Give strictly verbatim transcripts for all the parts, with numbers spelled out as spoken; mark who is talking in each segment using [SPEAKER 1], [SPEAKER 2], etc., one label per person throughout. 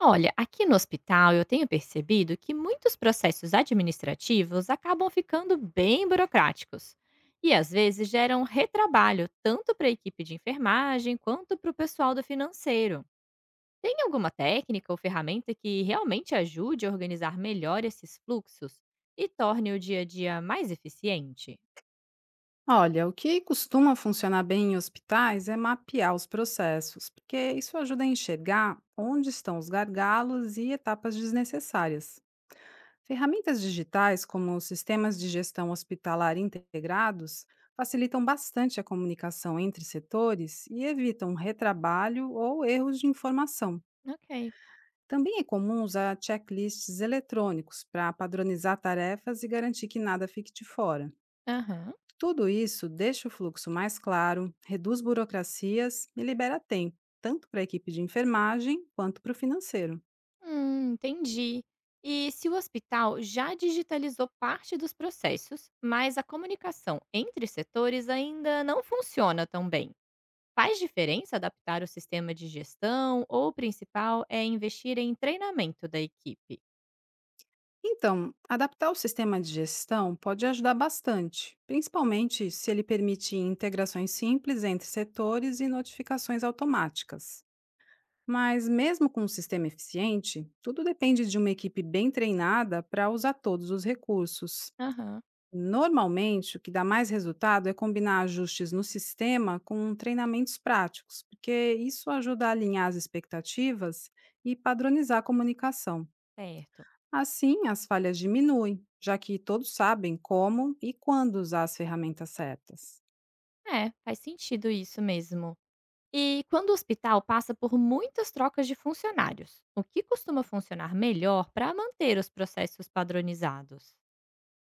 [SPEAKER 1] Olha, aqui no hospital eu tenho percebido que muitos processos administrativos acabam ficando bem burocráticos e às vezes geram retrabalho tanto para a equipe de enfermagem quanto para o pessoal do financeiro. Tem alguma técnica ou ferramenta que realmente ajude a organizar melhor esses fluxos e torne o dia a dia mais eficiente?
[SPEAKER 2] Olha, o que costuma funcionar bem em hospitais é mapear os processos, porque isso ajuda a enxergar onde estão os gargalos e etapas desnecessárias. Ferramentas digitais, como os sistemas de gestão hospitalar integrados, facilitam bastante a comunicação entre setores e evitam retrabalho ou erros de informação.
[SPEAKER 1] Ok.
[SPEAKER 2] Também é comum usar checklists eletrônicos para padronizar tarefas e garantir que nada fique de fora.
[SPEAKER 1] Aham.
[SPEAKER 2] Tudo isso deixa o fluxo mais claro, reduz burocracias e libera tempo, tanto para a equipe de enfermagem quanto para o financeiro.
[SPEAKER 1] Hum, entendi. E se o hospital já digitalizou parte dos processos, mas a comunicação entre setores ainda não funciona tão bem, faz diferença adaptar o sistema de gestão ou o principal é investir em treinamento da equipe?
[SPEAKER 2] Então, adaptar o sistema de gestão pode ajudar bastante, principalmente se ele permitir integrações simples entre setores e notificações automáticas. Mas, mesmo com um sistema eficiente, tudo depende de uma equipe bem treinada para usar todos os recursos.
[SPEAKER 1] Aham,
[SPEAKER 2] Normalmente, o que dá mais resultado é combinar ajustes no sistema com treinamentos práticos, porque isso ajuda a alinhar as expectativas e padronizar a comunicação.
[SPEAKER 1] certo.
[SPEAKER 2] Assim, as falhas diminuem, já que todos sabem como e quando usar as ferramentas certas.
[SPEAKER 1] É, faz sentido isso mesmo. E quando o hospital passa por muitas trocas de funcionários, o que costuma funcionar melhor para manter os processos padronizados?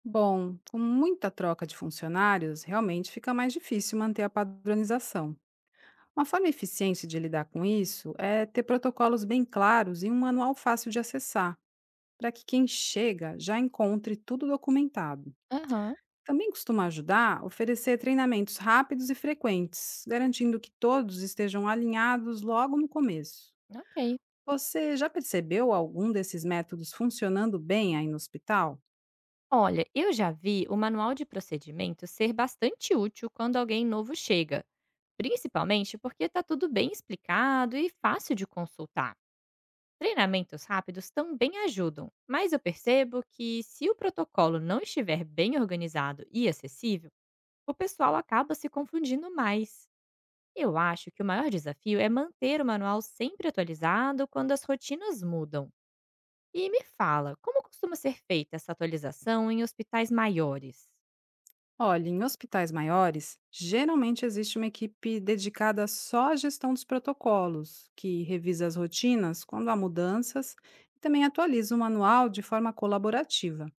[SPEAKER 2] Bom, com muita troca de funcionários, realmente fica mais difícil manter a padronização. Uma forma eficiente de lidar com isso é ter protocolos bem claros e um manual fácil de acessar para que quem chega já encontre tudo documentado.
[SPEAKER 1] Aham,
[SPEAKER 2] Também costuma ajudar oferecer treinamentos rápidos e frequentes, garantindo que todos estejam alinhados logo no começo.
[SPEAKER 1] ok.
[SPEAKER 2] Você já percebeu algum desses métodos funcionando bem aí no hospital?
[SPEAKER 1] Olha, eu já vi o manual de procedimento ser bastante útil quando alguém novo chega, principalmente porque está tudo bem explicado e fácil de consultar. Treinamentos rápidos também ajudam, mas eu percebo que se o protocolo não estiver bem organizado e acessível, o pessoal acaba se confundindo mais. Eu acho que o maior desafio é manter o manual sempre atualizado quando as rotinas mudam. E me fala, como costuma ser feita essa atualização em hospitais maiores?
[SPEAKER 2] Olha, em hospitais maiores, geralmente existe uma equipe dedicada só à gestão dos protocolos, que revisa as rotinas quando há mudanças e também atualiza o manual de forma colaborativa.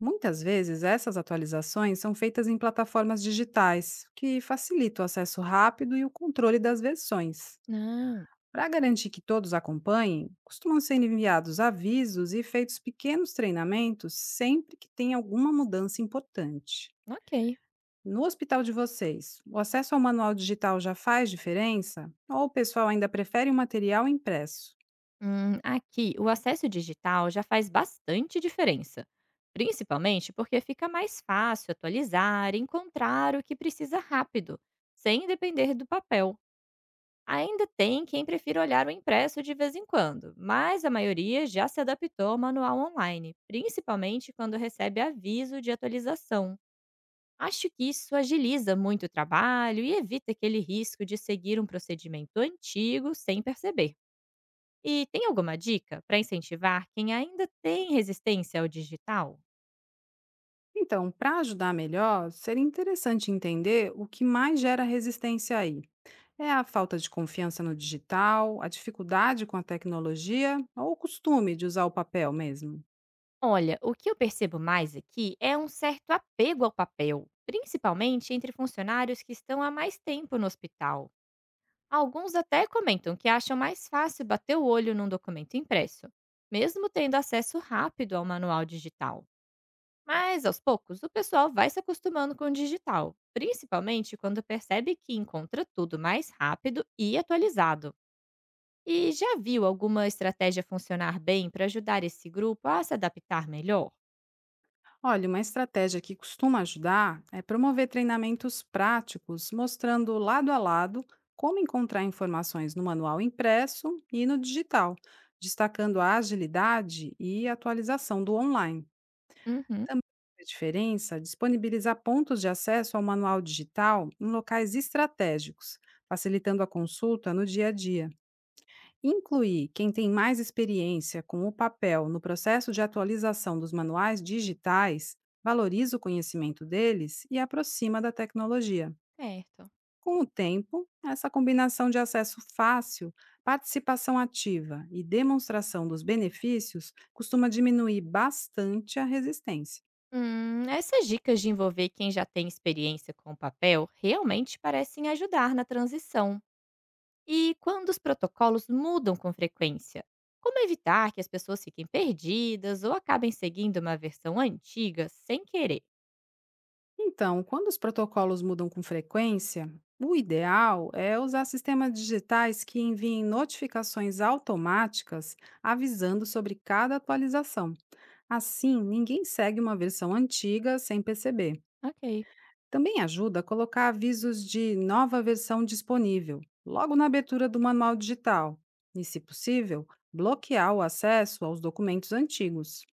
[SPEAKER 2] Muitas vezes, essas atualizações são feitas em plataformas digitais, o que facilita o acesso rápido e o controle das versões.
[SPEAKER 1] Ah,
[SPEAKER 2] Para garantir que todos acompanhem, costumam ser enviados avisos e feitos pequenos treinamentos sempre que tem alguma mudança importante.
[SPEAKER 1] ok.
[SPEAKER 2] No hospital de vocês, o acesso ao manual digital já faz diferença? Ou o pessoal ainda prefere o material impresso?
[SPEAKER 1] Hum, aqui, o acesso digital já faz bastante diferença, principalmente porque fica mais fácil atualizar e encontrar o que precisa rápido, sem depender do papel. Ainda tem quem prefira olhar o impresso de vez em quando, mas a maioria já se adaptou ao manual online, principalmente quando recebe aviso de atualização. Acho que isso agiliza muito o trabalho e evita aquele risco de seguir um procedimento antigo sem perceber. E tem alguma dica para incentivar quem ainda tem resistência ao digital?
[SPEAKER 2] Então, para ajudar melhor, seria interessante entender o que mais gera resistência aí. É a falta de confiança no digital, a dificuldade com a tecnologia ou o costume de usar o papel mesmo?
[SPEAKER 1] Olha, o que eu percebo mais aqui é um certo apego ao papel, principalmente entre funcionários que estão há mais tempo no hospital. Alguns até comentam que acham mais fácil bater o olho num documento impresso, mesmo tendo acesso rápido ao manual digital. Mas, aos poucos, o pessoal vai se acostumando com o digital, principalmente quando percebe que encontra tudo mais rápido e atualizado. E já viu alguma estratégia funcionar bem para ajudar esse grupo a se adaptar melhor?
[SPEAKER 2] Olha, uma estratégia que costuma ajudar é promover treinamentos práticos, mostrando lado a lado como encontrar informações no manual impresso e no digital, destacando a agilidade e atualização do online.
[SPEAKER 1] Uhum,
[SPEAKER 2] Também faz diferença disponibilizar pontos de acesso ao manual digital em locais estratégicos, facilitando a consulta no dia a dia. Incluir quem tem mais experiência com o papel no processo de atualização dos manuais digitais valoriza o conhecimento deles e aproxima da tecnologia.
[SPEAKER 1] certo.
[SPEAKER 2] Com o tempo, essa combinação de acesso fácil, participação ativa e demonstração dos benefícios costuma diminuir bastante a resistência.
[SPEAKER 1] Hum, essas dicas de envolver quem já tem experiência com o papel realmente parecem ajudar na transição. E quando os protocolos mudam com frequência? Como evitar que as pessoas fiquem perdidas ou acabem seguindo uma versão antiga sem querer?
[SPEAKER 2] Então, quando os protocolos mudam com frequência, o ideal é usar sistemas digitais que enviem notificações automáticas avisando sobre cada atualização. Assim, ninguém segue uma versão antiga sem perceber.
[SPEAKER 1] Ok.
[SPEAKER 2] Também ajuda a colocar avisos de nova versão disponível, logo na abertura do manual digital, e, se possível, bloquear o acesso aos documentos antigos.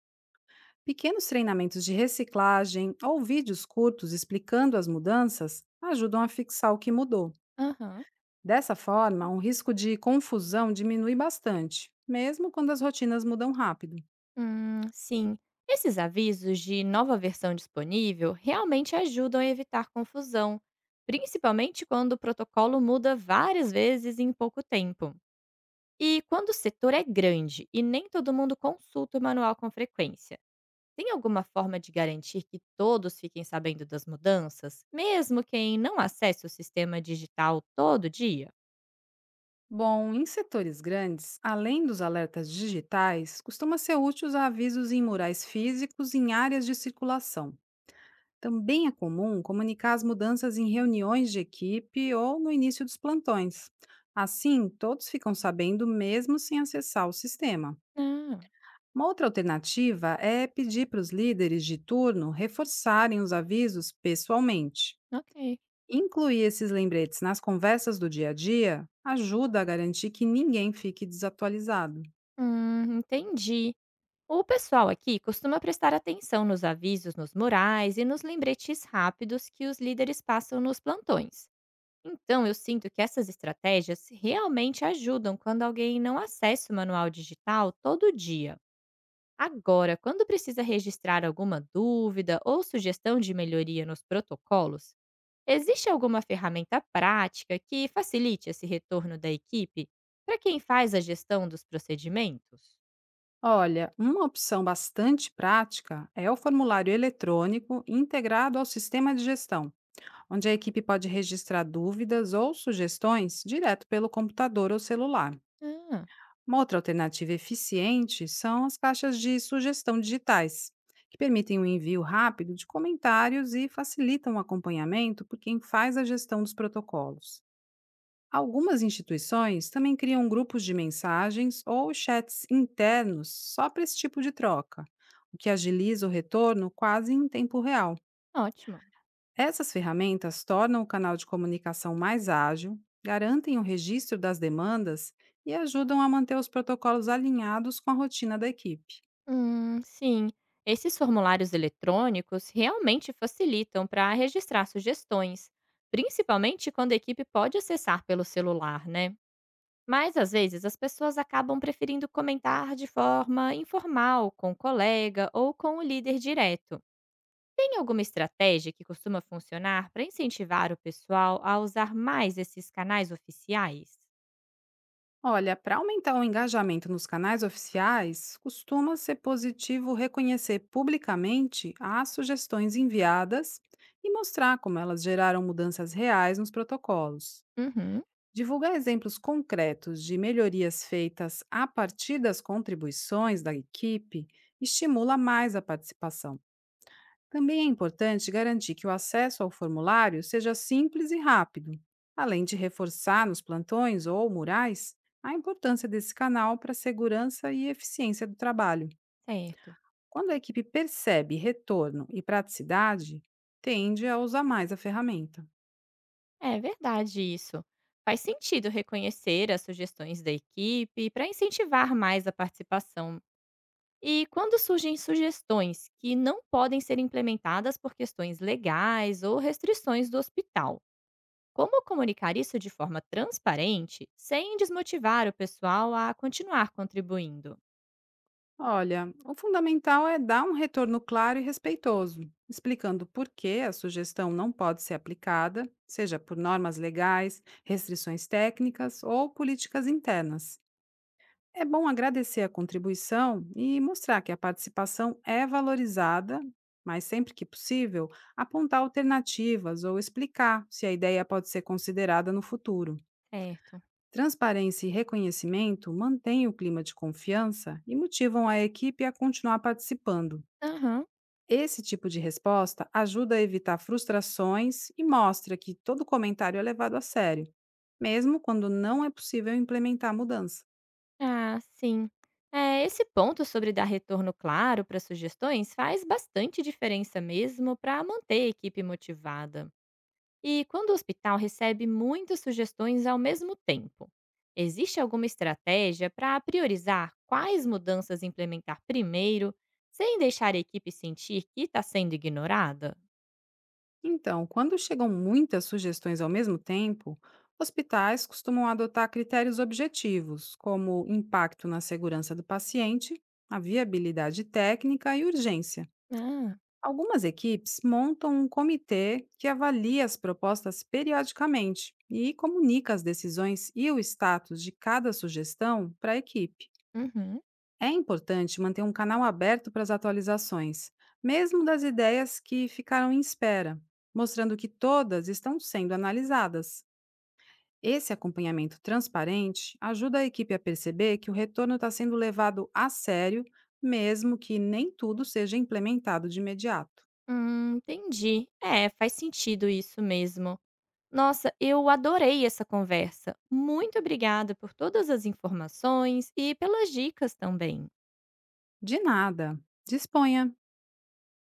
[SPEAKER 2] Pequenos treinamentos de reciclagem ou vídeos curtos explicando as mudanças ajudam a fixar o que mudou.
[SPEAKER 1] Aham.
[SPEAKER 2] Dessa forma, o risco de confusão diminui bastante, mesmo quando as rotinas mudam rápido.
[SPEAKER 1] Hum, sim. Esses avisos de nova versão disponível realmente ajudam a evitar confusão, principalmente quando o protocolo muda várias vezes em pouco tempo. E quando o setor é grande e nem todo mundo consulta o manual com frequência. Tem alguma forma de garantir que todos fiquem sabendo das mudanças, mesmo quem não acesse o sistema digital todo dia?
[SPEAKER 2] Bom, em setores grandes, além dos alertas digitais, costuma ser útil usar avisos em murais físicos em áreas de circulação. Também é comum comunicar as mudanças em reuniões de equipe ou no início dos plantões. Assim, todos ficam sabendo mesmo sem acessar o sistema.
[SPEAKER 1] Ah,
[SPEAKER 2] Uma outra alternativa é pedir para os líderes de turno reforçarem os avisos pessoalmente.
[SPEAKER 1] ok.
[SPEAKER 2] Incluir esses lembretes nas conversas do dia a dia ajuda a garantir que ninguém fique desatualizado.
[SPEAKER 1] Hum, entendi. O pessoal aqui costuma prestar atenção nos avisos nos murais e nos lembretes rápidos que os líderes passam nos plantões. Então, eu sinto que essas estratégias realmente ajudam quando alguém não acessa o manual digital todo dia. Agora, quando precisa registrar alguma dúvida ou sugestão de melhoria nos protocolos, existe alguma ferramenta prática que facilite esse retorno da equipe para quem faz a gestão dos procedimentos?
[SPEAKER 2] Olha, uma opção bastante prática é o formulário eletrônico integrado ao sistema de gestão onde a equipe pode registrar dúvidas ou sugestões direto pelo computador ou celular.
[SPEAKER 1] Ah,
[SPEAKER 2] Uma outra alternativa eficiente são as caixas de sugestão digitais, que permitem o envio rápido de comentários e facilitam o acompanhamento por quem faz a gestão dos protocolos. Algumas instituições também criam grupos de mensagens ou chats internos só para esse tipo de troca, o que agiliza o retorno quase em tempo real.
[SPEAKER 1] ótimo.
[SPEAKER 2] Essas ferramentas tornam o canal de comunicação mais ágil, garantem o registro das demandas e ajudam a manter os protocolos alinhados com a rotina da equipe.
[SPEAKER 1] Hum, sim. Esses formulários eletrônicos realmente facilitam para registrar sugestões, principalmente quando a equipe pode acessar pelo celular, né? Mas, às vezes, as pessoas acabam preferindo comentar de forma informal, com o colega ou com o líder direto. Tem alguma estratégia que costuma funcionar para incentivar o pessoal a usar mais esses canais oficiais?
[SPEAKER 2] Olha, para aumentar o engajamento nos canais oficiais, costuma ser positivo reconhecer publicamente as sugestões enviadas e mostrar como elas geraram mudanças reais nos protocolos.
[SPEAKER 1] Uhum,
[SPEAKER 2] Divulgar exemplos concretos de melhorias feitas a partir das contribuições da equipe estimula mais a participação. Também é importante garantir que o acesso ao formulário seja simples e rápido, além de reforçar nos plantões ou murais a importância desse canal para a segurança e eficiência do trabalho.
[SPEAKER 1] certo.
[SPEAKER 2] Quando a equipe percebe retorno e praticidade, tende a usar mais a ferramenta.
[SPEAKER 1] É verdade isso. Faz sentido reconhecer as sugestões da equipe para incentivar mais a participação. E quando surgem sugestões que não podem ser implementadas por questões legais ou restrições do hospital? Como comunicar isso de forma transparente sem desmotivar o pessoal a continuar contribuindo?
[SPEAKER 2] Olha, o fundamental é dar um retorno claro e respeitoso, explicando por que a sugestão não pode ser aplicada, seja por normas legais, restrições técnicas ou políticas internas. É bom agradecer a contribuição e mostrar que a participação é valorizada, mas sempre que possível, apontar alternativas ou explicar se a ideia pode ser considerada no futuro.
[SPEAKER 1] Certo.
[SPEAKER 2] Transparência e reconhecimento mantêm o clima de confiança e motivam a equipe a continuar participando.
[SPEAKER 1] Aham.
[SPEAKER 2] Esse tipo de resposta ajuda a evitar frustrações e mostra que todo comentário é levado a sério, mesmo quando não é possível implementar a mudança.
[SPEAKER 1] Ah, sim. É, esse ponto sobre dar retorno claro para sugestões faz bastante diferença mesmo para manter a equipe motivada. E quando o hospital recebe muitas sugestões ao mesmo tempo, existe alguma estratégia para priorizar quais mudanças implementar primeiro, sem deixar a equipe sentir que está sendo ignorada?
[SPEAKER 2] Então, quando chegam muitas sugestões ao mesmo tempo, hospitais costumam adotar critérios objetivos, como impacto na segurança do paciente, a viabilidade técnica e urgência.
[SPEAKER 1] Ah.
[SPEAKER 2] Algumas equipes montam um comitê que avalia as propostas periodicamente e comunica as decisões e o status de cada sugestão para a equipe.
[SPEAKER 1] Uhum.
[SPEAKER 2] É importante manter um canal aberto para as atualizações, mesmo das ideias que ficaram em espera, mostrando que todas estão sendo analisadas. Esse acompanhamento transparente ajuda a equipe a perceber que o retorno está sendo levado a sério, mesmo que nem tudo seja implementado de imediato.
[SPEAKER 1] Hum, entendi. É, faz sentido isso mesmo. Nossa, eu adorei essa conversa. Muito obrigada por todas as informações e pelas dicas também.
[SPEAKER 2] De nada. Disponha.